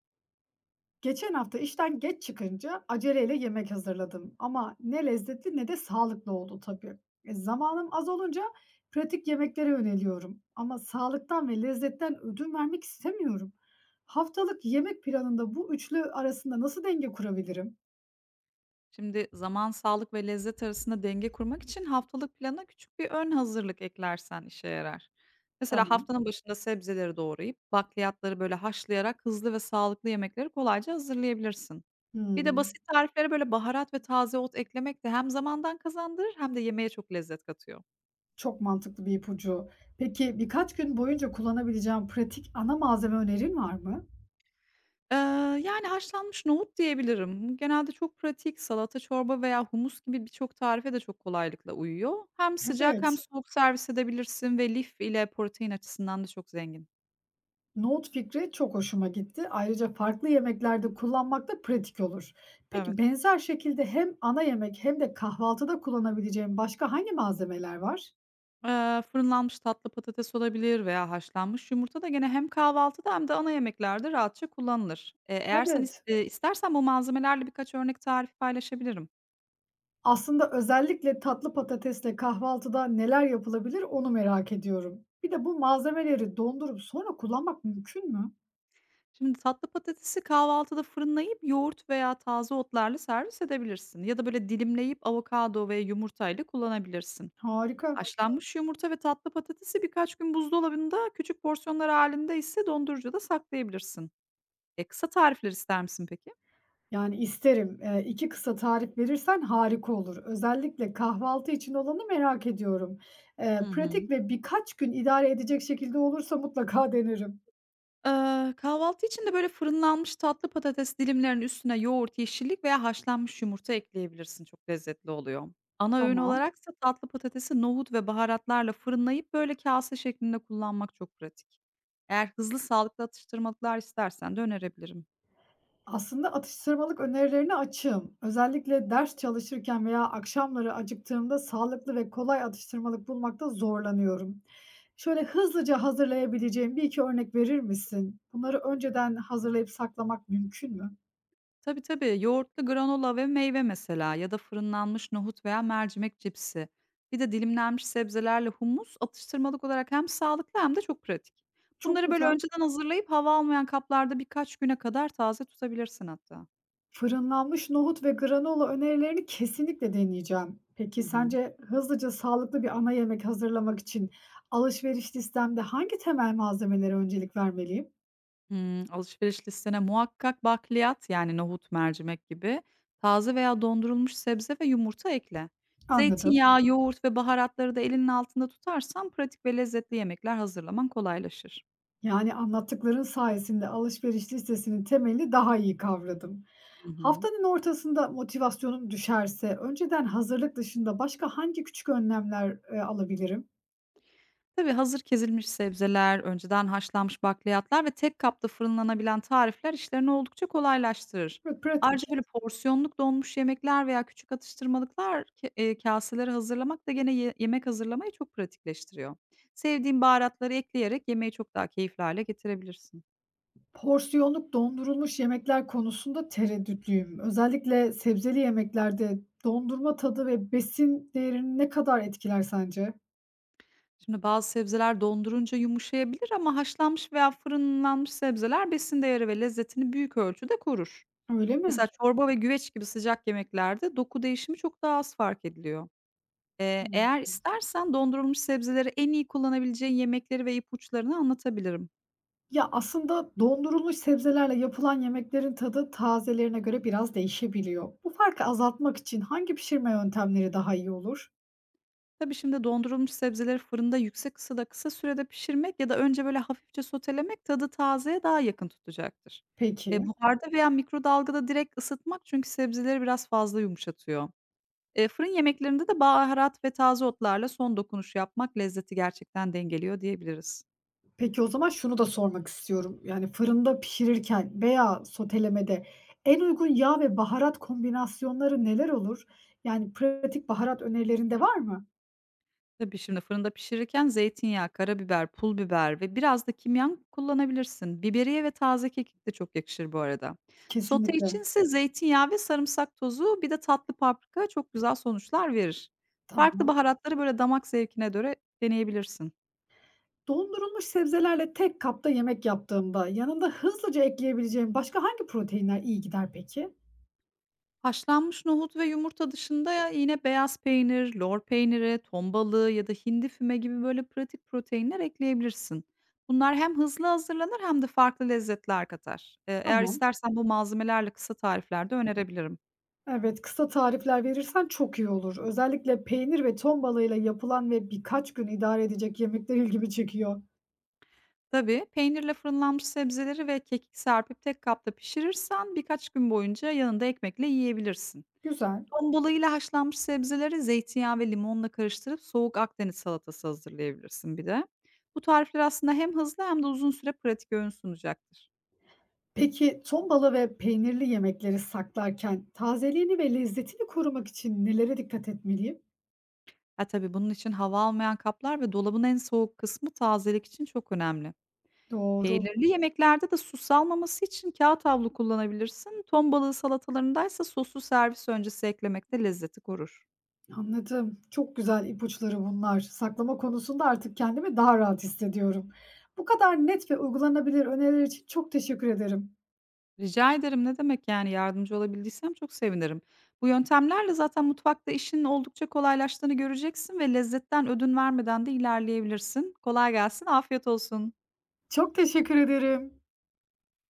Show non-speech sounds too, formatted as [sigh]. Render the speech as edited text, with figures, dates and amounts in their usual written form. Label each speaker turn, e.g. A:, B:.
A: Geçen hafta işten geç çıkınca aceleyle yemek hazırladım ama ne lezzetli ne de sağlıklı oldu tabii. Zamanım az olunca pratik yemeklere yöneliyorum ama sağlıktan ve lezzetten ödün vermek istemiyorum. Haftalık yemek planında bu üçlü arasında nasıl denge kurabilirim?
B: Şimdi zaman, sağlık ve lezzet arasında denge kurmak için haftalık plana küçük bir ön hazırlık eklersen işe yarar. Mesela
A: Tamam.
B: haftanın başında sebzeleri doğrayıp bakliyatları böyle haşlayarak hızlı ve sağlıklı yemekleri kolayca hazırlayabilirsin. Bir de
A: Hmm,
B: basit tariflere böyle baharat ve taze ot eklemek de hem zamandan kazandırır hem de yemeğe çok lezzet katıyor.
A: çok mantıklı bir ipucu. Peki birkaç gün boyunca kullanabileceğim pratik ana malzeme önerin var mı?
B: Eee, Yani haşlanmış nohut diyebilirim. Genelde çok pratik, salata, çorba veya humus gibi birçok tarife de çok kolaylıkla uyuyor. Hem sıcak hem
A: Evet.
B: soğuk servis edebilirsin ve lif ile protein açısından da çok zengin.
A: Nohut fikri çok hoşuma gitti. Ayrıca farklı yemeklerde kullanmak da pratik olur.
B: Evet.
A: Peki benzer şekilde hem ana yemek hem de kahvaltıda kullanabileceğim başka hangi malzemeler var?
B: Fırınlanmış tatlı patates olabilir veya haşlanmış yumurta da gene hem kahvaltıda hem de ana yemeklerde rahatça kullanılır. Eğer
A: Evet.
B: istersen bu malzemelerle birkaç örnek tarif paylaşabilirim.
A: Aslında özellikle tatlı patatesle kahvaltıda neler yapılabilir onu merak ediyorum. Bir de bu malzemeleri dondurup sonra kullanmak mümkün mü?
B: Şimdi tatlı patatesi kahvaltıda fırınlayıp yoğurt veya taze otlarla servis edebilirsin. Ya da böyle dilimleyip avokado ve yumurtayla kullanabilirsin.
A: Harika.
B: Haşlanmış yumurta ve tatlı patatesi birkaç gün buzdolabında küçük porsiyonlar halinde ise dondurucuda saklayabilirsin. Kısa tarifler ister misin peki?
A: Yani isterim. 2 kısa tarif verirsen harika olur. Özellikle kahvaltı için olanı merak ediyorum.
B: Hı hı.
A: Pratik ve birkaç gün idare edecek şekilde olursa mutlaka [laughs] denerim.
B: Kahvaltı için de böyle fırınlanmış tatlı patates dilimlerinin üstüne yoğurt, yeşillik veya haşlanmış yumurta ekleyebilirsin. Çok lezzetli oluyor. Ana öğün
A: Tamam.
B: olaraksa tatlı patatesi nohut ve baharatlarla fırınlayıp böyle kase şeklinde kullanmak çok pratik. Eğer hızlı sağlıklı atıştırmalıklar istersen de önerebilirim.
A: Aslında atıştırmalık önerilerine açığım. Özellikle ders çalışırken veya akşamları acıktığımda sağlıklı ve kolay atıştırmalık bulmakta zorlanıyorum. Şöyle hızlıca hazırlayabileceğim bir iki örnek verir misin? Bunları önceden hazırlayıp saklamak mümkün mü?
B: Tabii, tabii. Yoğurtlu granola ve meyve mesela, ya da fırınlanmış nohut veya mercimek cipsi. Bir de dilimlenmiş sebzelerle humus atıştırmalık olarak hem sağlıklı hem de çok pratik.
A: Çok
B: Bunları böyle
A: güzel.
B: önceden hazırlayıp hava almayan kaplarda birkaç güne kadar taze tutabilirsin hatta.
A: Fırınlanmış nohut ve granola önerilerini kesinlikle deneyeceğim.
B: Hı
A: Peki
B: hı.
A: sence hızlıca sağlıklı bir ana yemek hazırlamak için alışveriş listemde hangi temel malzemelere öncelik vermeliyim?
B: Alışveriş listene muhakkak bakliyat, yani nohut, mercimek gibi taze veya dondurulmuş sebze ve yumurta ekle.
A: Anladım.
B: Zeytinyağı, yoğurt ve baharatları da elinin altında tutarsan pratik ve lezzetli yemekler hazırlaman kolaylaşır.
A: Yani anlattıkların sayesinde alışveriş listesinin temelini daha iyi kavradım.
B: Hı hı.
A: Haftanın ortasında motivasyonum düşerse önceden hazırlık dışında başka hangi küçük önlemler alabilirim?
B: Tabii, hazır ezilmiş sebzeler, önceden haşlanmış bakliyatlar ve tek kapta fırınlanabilen tarifler işlerini oldukça kolaylaştırır.
A: Ve
B: Ayrıca
A: pratik.
B: böyle porsiyonluk donmuş yemekler veya küçük atıştırmalıklar k kaseleri hazırlamak da gene yemek hazırlamayı çok pratikleştiriyor. Sevdiğin baharatları ekleyerek yemeği çok daha keyifli hâle getirebilirsin.
A: Porsiyonluk dondurulmuş yemekler konusunda tereddütlüyüm. Özellikle sebzeli yemeklerde dondurma tadı ve besin değerini ne kadar etkiler sence?
B: Şimdi bazı sebzeler dondurunca yumuşayabilir ama haşlanmış veya fırınlanmış sebzeler besin değeri ve lezzetini büyük ölçüde korur.
A: Öyle mi?
B: Mesela çorba ve güveç gibi sıcak yemeklerde doku değişimi çok daha az fark ediliyor.
A: Hımm.
B: Eğer istersen dondurulmuş sebzeleri en iyi kullanabileceğin yemekleri ve ipuçlarını anlatabilirim.
A: Ya, aslında dondurulmuş sebzelerle yapılan yemeklerin tadı tazelerine göre biraz değişebiliyor. Bu farkı azaltmak için hangi pişirme yöntemleri daha iyi olur?
B: Tabii, şimdi dondurulmuş sebzeleri fırında yüksek ısıda kısa sürede pişirmek ya da önce böyle hafifçe sotelemek tadı tazeye daha yakın tutacaktır.
A: Peki.
B: Buharda veya mikrodalgada direkt ısıtmak çünkü sebzeleri biraz fazla yumuşatıyor. Fırın yemeklerinde de baharat ve taze otlarla son dokunuş yapmak lezzeti gerçekten dengeliyor diyebiliriz.
A: Peki, o zaman şunu da sormak istiyorum. Yani fırında pişirirken veya sotelemede en uygun yağ ve baharat kombinasyonları neler olur? Yani pratik baharat önerilerin de var mı?
B: Tabii, şimdi fırında pişirirken zeytinyağı, karabiber, pul biber ve biraz da kimyon kullanabilirsin. Biberiye ve taze kekik de çok yakışır bu arada. Sote
A: Kesinlikle.
B: içinse zeytinyağı ve sarımsak tozu, bir de tatlı paprika çok güzel sonuçlar verir. Farklı
A: Tamam.
B: baharatları böyle damak zevkine göre deneyebilirsin.
A: Dondurulmuş sebzelerle tek kapta yemek yaptığımda yanında hızlıca ekleyebileceğim başka hangi proteinler iyi gider peki?
B: Haşlanmış nohut ve yumurta dışında ya yine beyaz peynir, lor peyniri, ton balığı ya da hindi füme gibi böyle pratik proteinler ekleyebilirsin. Bunlar hem hızlı hazırlanır hem de farklı lezzetler katar. Eğer
A: Tamam.
B: istersen bu malzemelerle kısa tariflerde önerebilirim.
A: Evet, kısa tarifler verirsen çok iyi olur. Özellikle peynir ve ton balığıyla yapılan ve birkaç gün idare edecek yemekler ilgimi çekiyor.
B: Tabii, peynirle fırınlanmış sebzeleri ve kekik serpip tek kapta pişirirsen birkaç gün boyunca yanında ekmekle yiyebilirsin.
A: Güzel.
B: Ton balığıyla haşlanmış sebzeleri zeytinyağı ve limonla karıştırıp soğuk Akdeniz salatası hazırlayabilirsin bir de. Bu tarifler aslında hem hızlı hem de uzun süre pratik öğün sunacaktır.
A: Peki ton balığı ve peynirli yemekleri saklarken tazeliğini ve lezzetini korumak için nelere dikkat etmeliyim?
B: Ha tabii, bunun için hava almayan kaplar ve dolabın en soğuk kısmı tazelik için çok önemli.
A: Doğru.
B: Peynirli yemeklerde de su salmaması için kağıt havlu kullanabilirsin. Ton balığı salatalarındaysa sosu servis öncesi eklemek de lezzeti korur.
A: Anladım. Çok güzel ipuçları bunlar. Saklama konusunda artık kendimi daha rahat hissediyorum. Bu kadar net ve uygulanabilir öneriler için çok teşekkür ederim.
B: Rica ederim, ne demek, yani yardımcı olabildiysem çok sevinirim. Bu yöntemlerle zaten mutfakta işin oldukça kolaylaştığını göreceksin ve lezzetten ödün vermeden de ilerleyebilirsin. Kolay gelsin, afiyet olsun.
A: Çok teşekkür ederim.